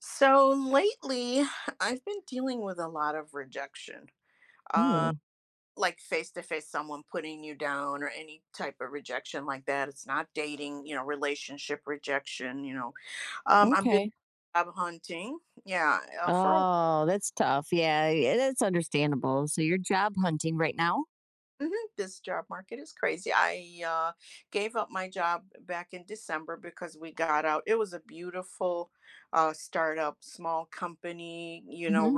So lately, I've been dealing with a lot of rejection, um, Oh, like face to face, someone putting you down or any type of rejection like that. It's not dating, you know, relationship rejection. I've been okay. job hunting. Yeah, for a Oh, that's tough. Yeah, yeah, that's understandable. So you're job hunting right now? mhm, this job market is crazy. I gave up my job back in December because we got out. It was a beautiful startup, small company. You know, Hmm.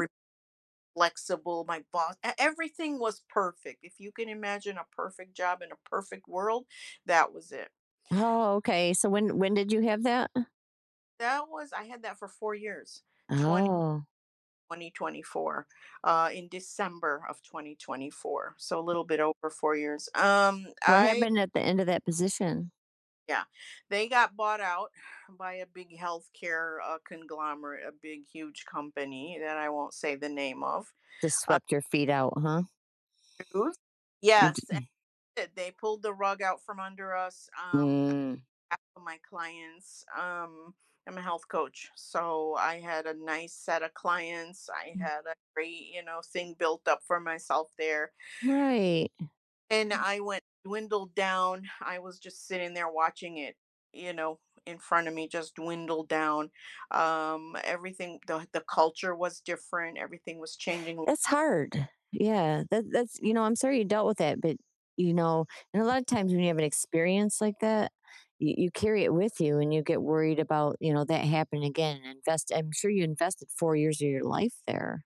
flexible. My boss, everything was perfect. If you can imagine a perfect job in a perfect world, that was it. Oh, okay. So when did you have that? That was, I had that for 4 years, 20 Oh, 2024. In December of 2024. So a little bit over 4 years. What happened at the end of that position? Yeah, they got bought out by a big healthcare conglomerate, a big, huge company that I won't say the name of. Just Uh, swept your feet out, huh? news. Yes, and they pulled the rug out from under us. Mm. Half of my clients. I'm a health coach, so I had a nice set of clients. I had a great, you know, thing built up for myself there, Right. and I went dwindled down. I was just sitting there watching it, you know, in front of me, just dwindle down. Everything, the culture was different. Everything was changing. That's hard. Yeah, that's I'm sorry you dealt with that, but you know, and a lot of times when you have an experience like that, you carry it with you and you get worried about, that happening again and invest I'm sure you invested 4 years of your life there.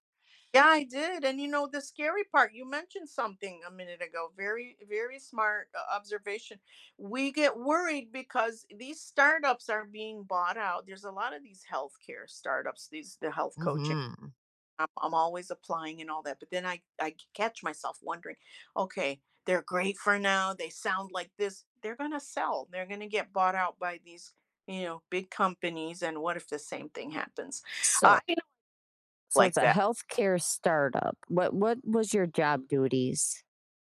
Yeah, I did. And you know, the scary part, you mentioned something a minute ago, very, very smart observation. We get worried because these startups are being bought out. There's a lot of these healthcare startups, the health coaching. Hmm. I'm always applying and all that, but then I catch myself wondering, okay, they're great for now. They sound like this. They're going to sell. They're going to get bought out by these, you know, big companies, and what if the same thing happens? So I know so it's like a that. healthcare startup. What was your job duties?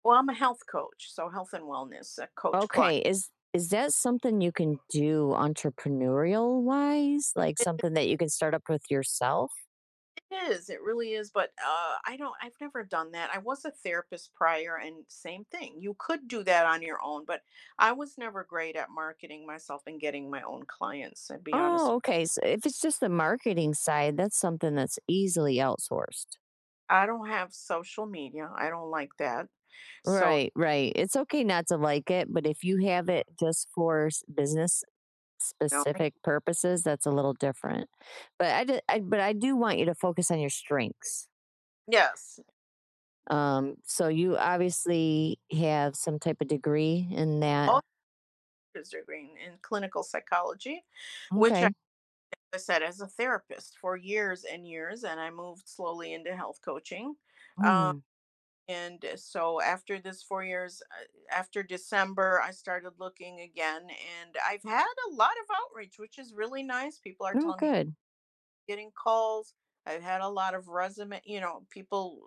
Well, I'm a health coach, so health and wellness coach client. Okay, is that something you can do entrepreneurial wise? Like It something that you can start up with yourself? is, it really is, but I don't. I've never done that. I was a therapist prior, and same thing. You could do that on your own, but I was never great at marketing myself and getting my own clients. I'd be Oh, honest. okay. So if it's just the marketing side, that's something that's easily outsourced. I don't have social media. I don't like that. So, you Right, right. It's okay not to like it, but if you have it just for business know, I- specific purposes, that's a little different. But I do want you to focus on your strengths. yes, So you obviously have some type of degree in that. all degree in clinical psychology, which Okay. I said as a therapist for years and years, and I moved slowly into health coaching. Um, Hmm. And So after this 4 years, after December, I started looking again, and I've had a lot of outreach, which is really nice. People are Oh, telling me good. getting calls. I've had a lot of resume, you know, people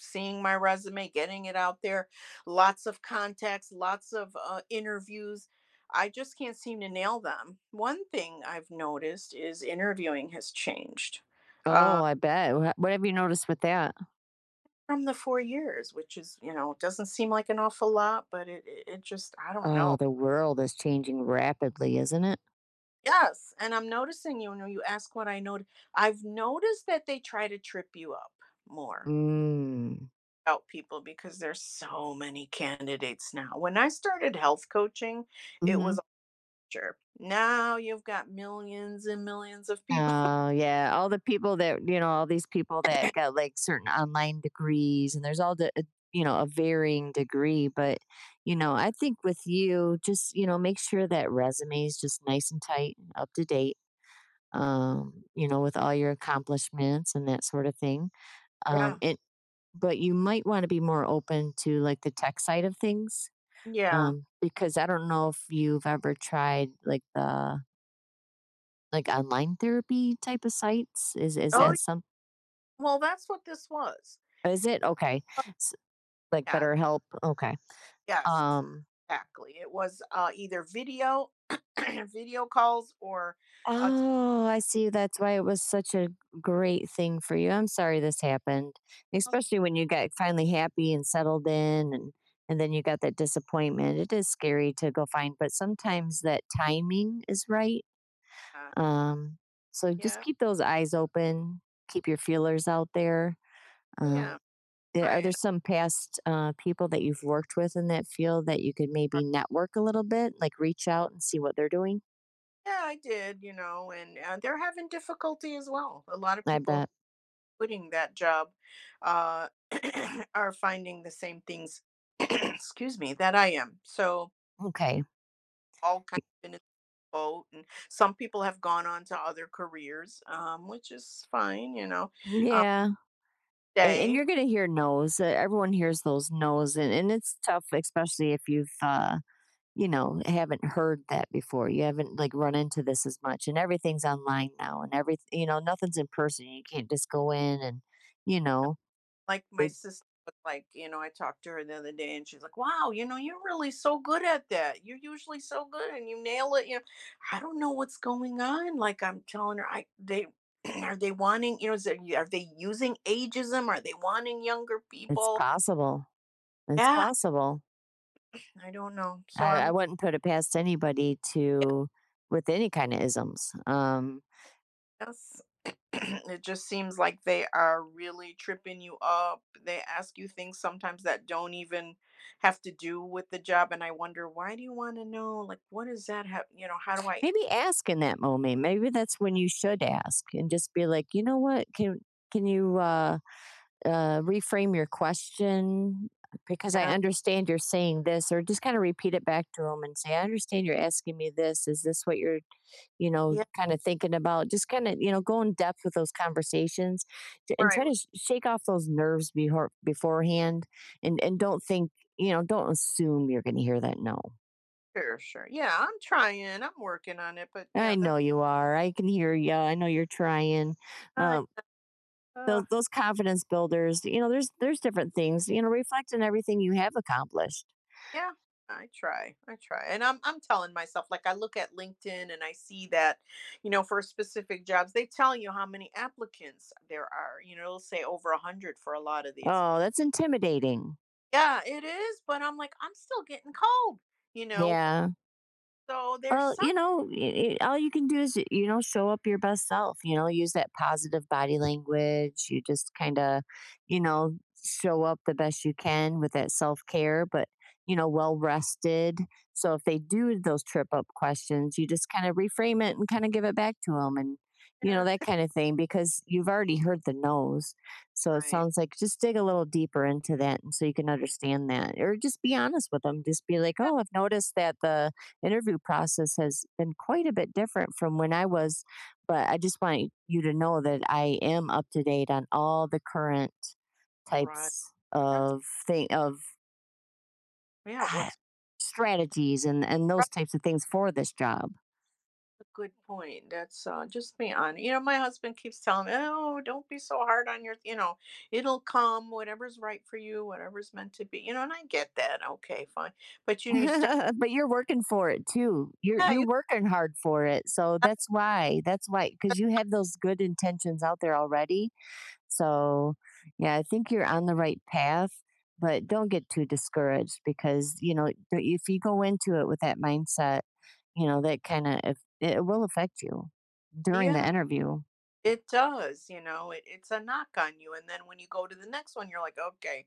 seeing my resume, getting it out there, lots of contacts, lots of interviews. I just can't seem to nail them. One thing I've noticed is interviewing has changed. Oh, Um, I bet. What have you noticed with that? From the 4 years, which is, you know, doesn't seem like an awful lot, but it just I don't Oh, know. the world is changing rapidly, isn't it? Yes, and I'm noticing, you know, you ask what I've noticed that they try to trip you up more Mm. about people because there's so many candidates now. When I started health coaching, it Mhm. was sure. Now you've got millions and millions of people. Oh, yeah, all the people that all these people that got, like, certain online degrees, and there's all the you know, a varying degree, but, you know, I think with you, just, you know, make sure that resume is just nice and tight and up to date, you know, with all your accomplishments and that sort of thing, Yeah, it but you might wanna be more open to, like, the tech side of things, yeah. Because I don't know if you've ever tried, like, the like, online therapy type of sites? Is Oh, that mm, some well, that's what this was. is it? Okay. S Like, Yeah. BetterHelp? Okay. Yes, Um, exactly. It was, either video video calls or a t oh, I see, that's why it was such a great thing for you. I'm sorry this happened, especially when you got finally happy and settled in and then you got that disappointment. It is scary to go find but sometimes that timing is right. yeah, Um, so just yeah, keep those eyes open, keep your feelers out there, yeah, um, are right, there and some past, people that you've worked with in that field that you could I. maybe network a little bit, like reach out and see what they're doing? Yeah, I did, you know, and, they're having difficulty as well. A lot of I people bet. quitting that job, uh, are finding the same things excuse me, that I am. So, Okay. all kind of in a boat, and some people have gone on to other careers, which is fine, Yeah, and um, you're gonna hear no's, everyone hears those no's, and it's tough, especially if you've, you know, haven't heard that before, you haven't, like, run into this as much, and everything's online now, and everyth you know, nothing's in person, you can't just go in and, you know, like my it sister was like, you know, I talked to her the other day and she's like, wow, you know, you're really so good at that. You're usually so good and you nail it. You know, I don't know what's going on. Like I'm telling her, I they are they wanting, you know, is it, are they using ageism? Are they wanting younger it's people? possible, it's Yeah, possible. I don't know. So I I'm wouldn't put it past anybody to with any kind of isms. Yes. It just seems like they are really tripping you up. They ask you things sometimes that don't even have to do with the job, and I wonder, "Why do you wanna know?" Like, "What does that have," you know, "How do I?" Maybe ask in that moment. Maybe that's when you should ask and just be like, you know what? Can you reframe your question? Because I Yeah, understand you're saying this, or just kind of repeat it back to them and say, I understand you're asking me this. Is this what you're you know, yeah, kind of thinking about just kind of, you know, go in depth with those conversations and right, try to shake off those nerves before, beforehand and don't think, you know, don't assume you're going to hear that no. sure, sure. Yeah, I'm trying, I'm working on it, but I yeah, know that's you are. I can hear you. I know you're trying. fine. Um, Uh, those confidence builders, you know, there's different things, you know, reflect on everything you have accomplished. yeah, I try, and I'm telling myself, like, I look at LinkedIn and I see that, you know, for specific jobs, they tell you how many applicants there are, you know, it'll say over 100 for a lot of these. Oh, that's intimidating. Yeah, it is, but I'm like, "I'm still getting cold," you know? Yeah. So there's Well, some you know, all you can do is, you know, show up your best self, you know, use that positive body language. You just kind of, you know, show up the best you can with that self care, but, you know, well rested. So if they do those trip up questions, you just kind of reframe it and kind of give it back to them and, you yeah, know, that kind of thing because you've already heard the no's. So it right. sounds like just dig a little deeper into that. And so you can understand that or just be honest with them. Just be like, Yeah, oh, I've noticed that the, interview process has been quite a bit different from when I was, but I just want you to know that I am up to date on all the current right. types That's of thing of yeah, what's strategies and those that's types of things for this job. a good point. That's, just be hon, you know, my husband keeps telling me, "Oh, don't be so hard on your," you know, "It'll come, whatever's right for you, whatever's meant to be," you know, and I get that, okay, fine. But, you know, you start But you're working for it too. You're yeah, you're you. working hard for it. So that's why. That's why cuz you have those good intentions out there already. So, yeah, I think you're on the right path, but don't get too discouraged because, you know, if you go into it with that mindset, you know, that kind of it will affect you during the Yeah. interview. It does, you know, it it's a knock on you, and then when you go to the next one, you're like, "Okay,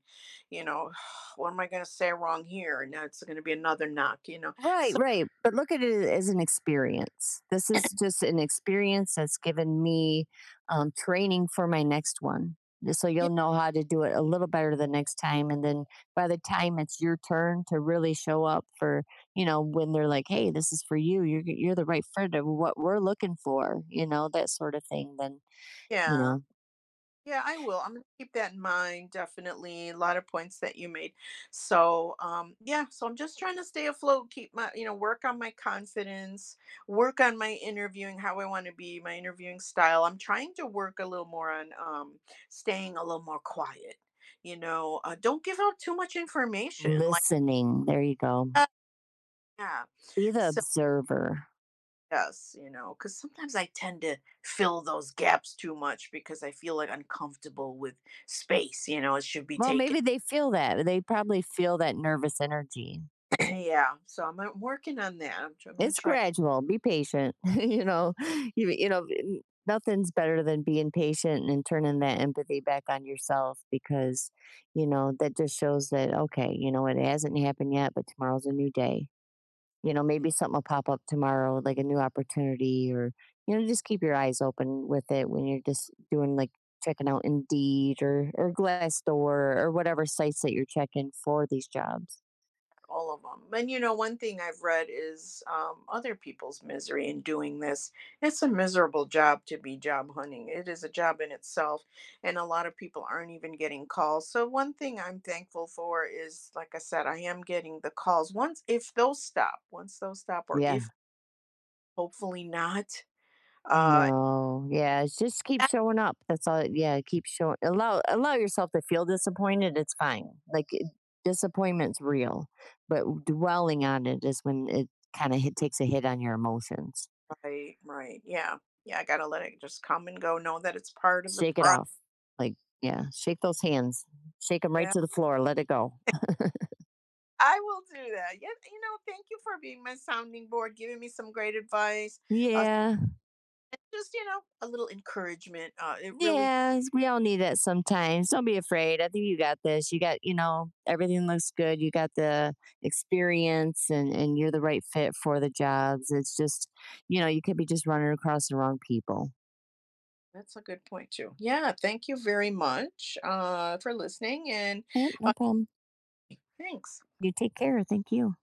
you know, what am I gonna say wrong here?" And now it's gonna be another knock, you know? Right, So, right. But look at it as an experience. This is just an experience that's given me training for my next one. So yeah. you'll know how to do it a little better the next time. And then by the time it's your turn to really show up for, you know, when they're like, hey, this is for you, you're the right friend of what we're looking for, you know, that sort of thing. Then, you Yeah. know, Yeah, I will. I'm gonna keep that in mind, definitely. A lot of points that you made. So, yeah, so I'm just trying to stay afloat, keep my, you know, work on my confidence, work on my interviewing, how I want to be, my interviewing style. I'm trying to work a little more on staying a little more quiet. You know, don't give out too much information. Like, listening. There you go. uh, yeah. Be the So, observer. yes, you know, because sometimes I tend to fill those gaps too much because I feel like uncomfortable with space. You know, it should be Well, taken maybe they feel that. They probably feel that nervous energy. yeah, so I'm I working on that. I'm gonna It's try. gradual. Be patient. You know, you, you know, n- nothing's better than being patient and turning that empathy back on yourself because, you know, that just shows that, okay, you know, it hasn't happened yet, but tomorrow's a new day. You know, maybe something will pop up tomorrow, like a new opportunity or, you know, just keep your eyes open with it when you're just doing like checking out Indeed or Glassdoor or whatever sites that you're checking for these jobs. All of them. And you know, one thing I've read is other people's misery in doing this. It's a miserable job to be job hunting. It is a job in itself, and a lot of people aren't even getting calls. So one thing I'm thankful for is, like I said, I am getting the calls. Once those stop, or Yeah. if hopefully not, Uh, No, yeah, it's just keep that's showing up. That's all. Yeah, keep showing. Allow yourself to feel disappointed. It's fine. Disappointment's real, but dwelling on it is when it takes a hit on your emotions. right, right, yeah. Yeah, I gotta let it just come and go, know that it's part of the Shake it process off. Like yeah, shake those hands. Shake them right yeah. to the floor. Let it go. I will do that. Yeah, you know, thank you for being my sounding board, giving me some great advice, uh, Yeah, and just, you know, a little encouragement, it really yeah, we all need that sometimes. Don't be afraid. I think you got this. You got, you know, everything looks good. You got the experience and you're the right fit for the jobs. It's just, you know, you could be just running across the wrong people. that's a good point too. Yeah, thank you very much, for listening and, Yep, no uh, problem. thanks. You take care. Thank you.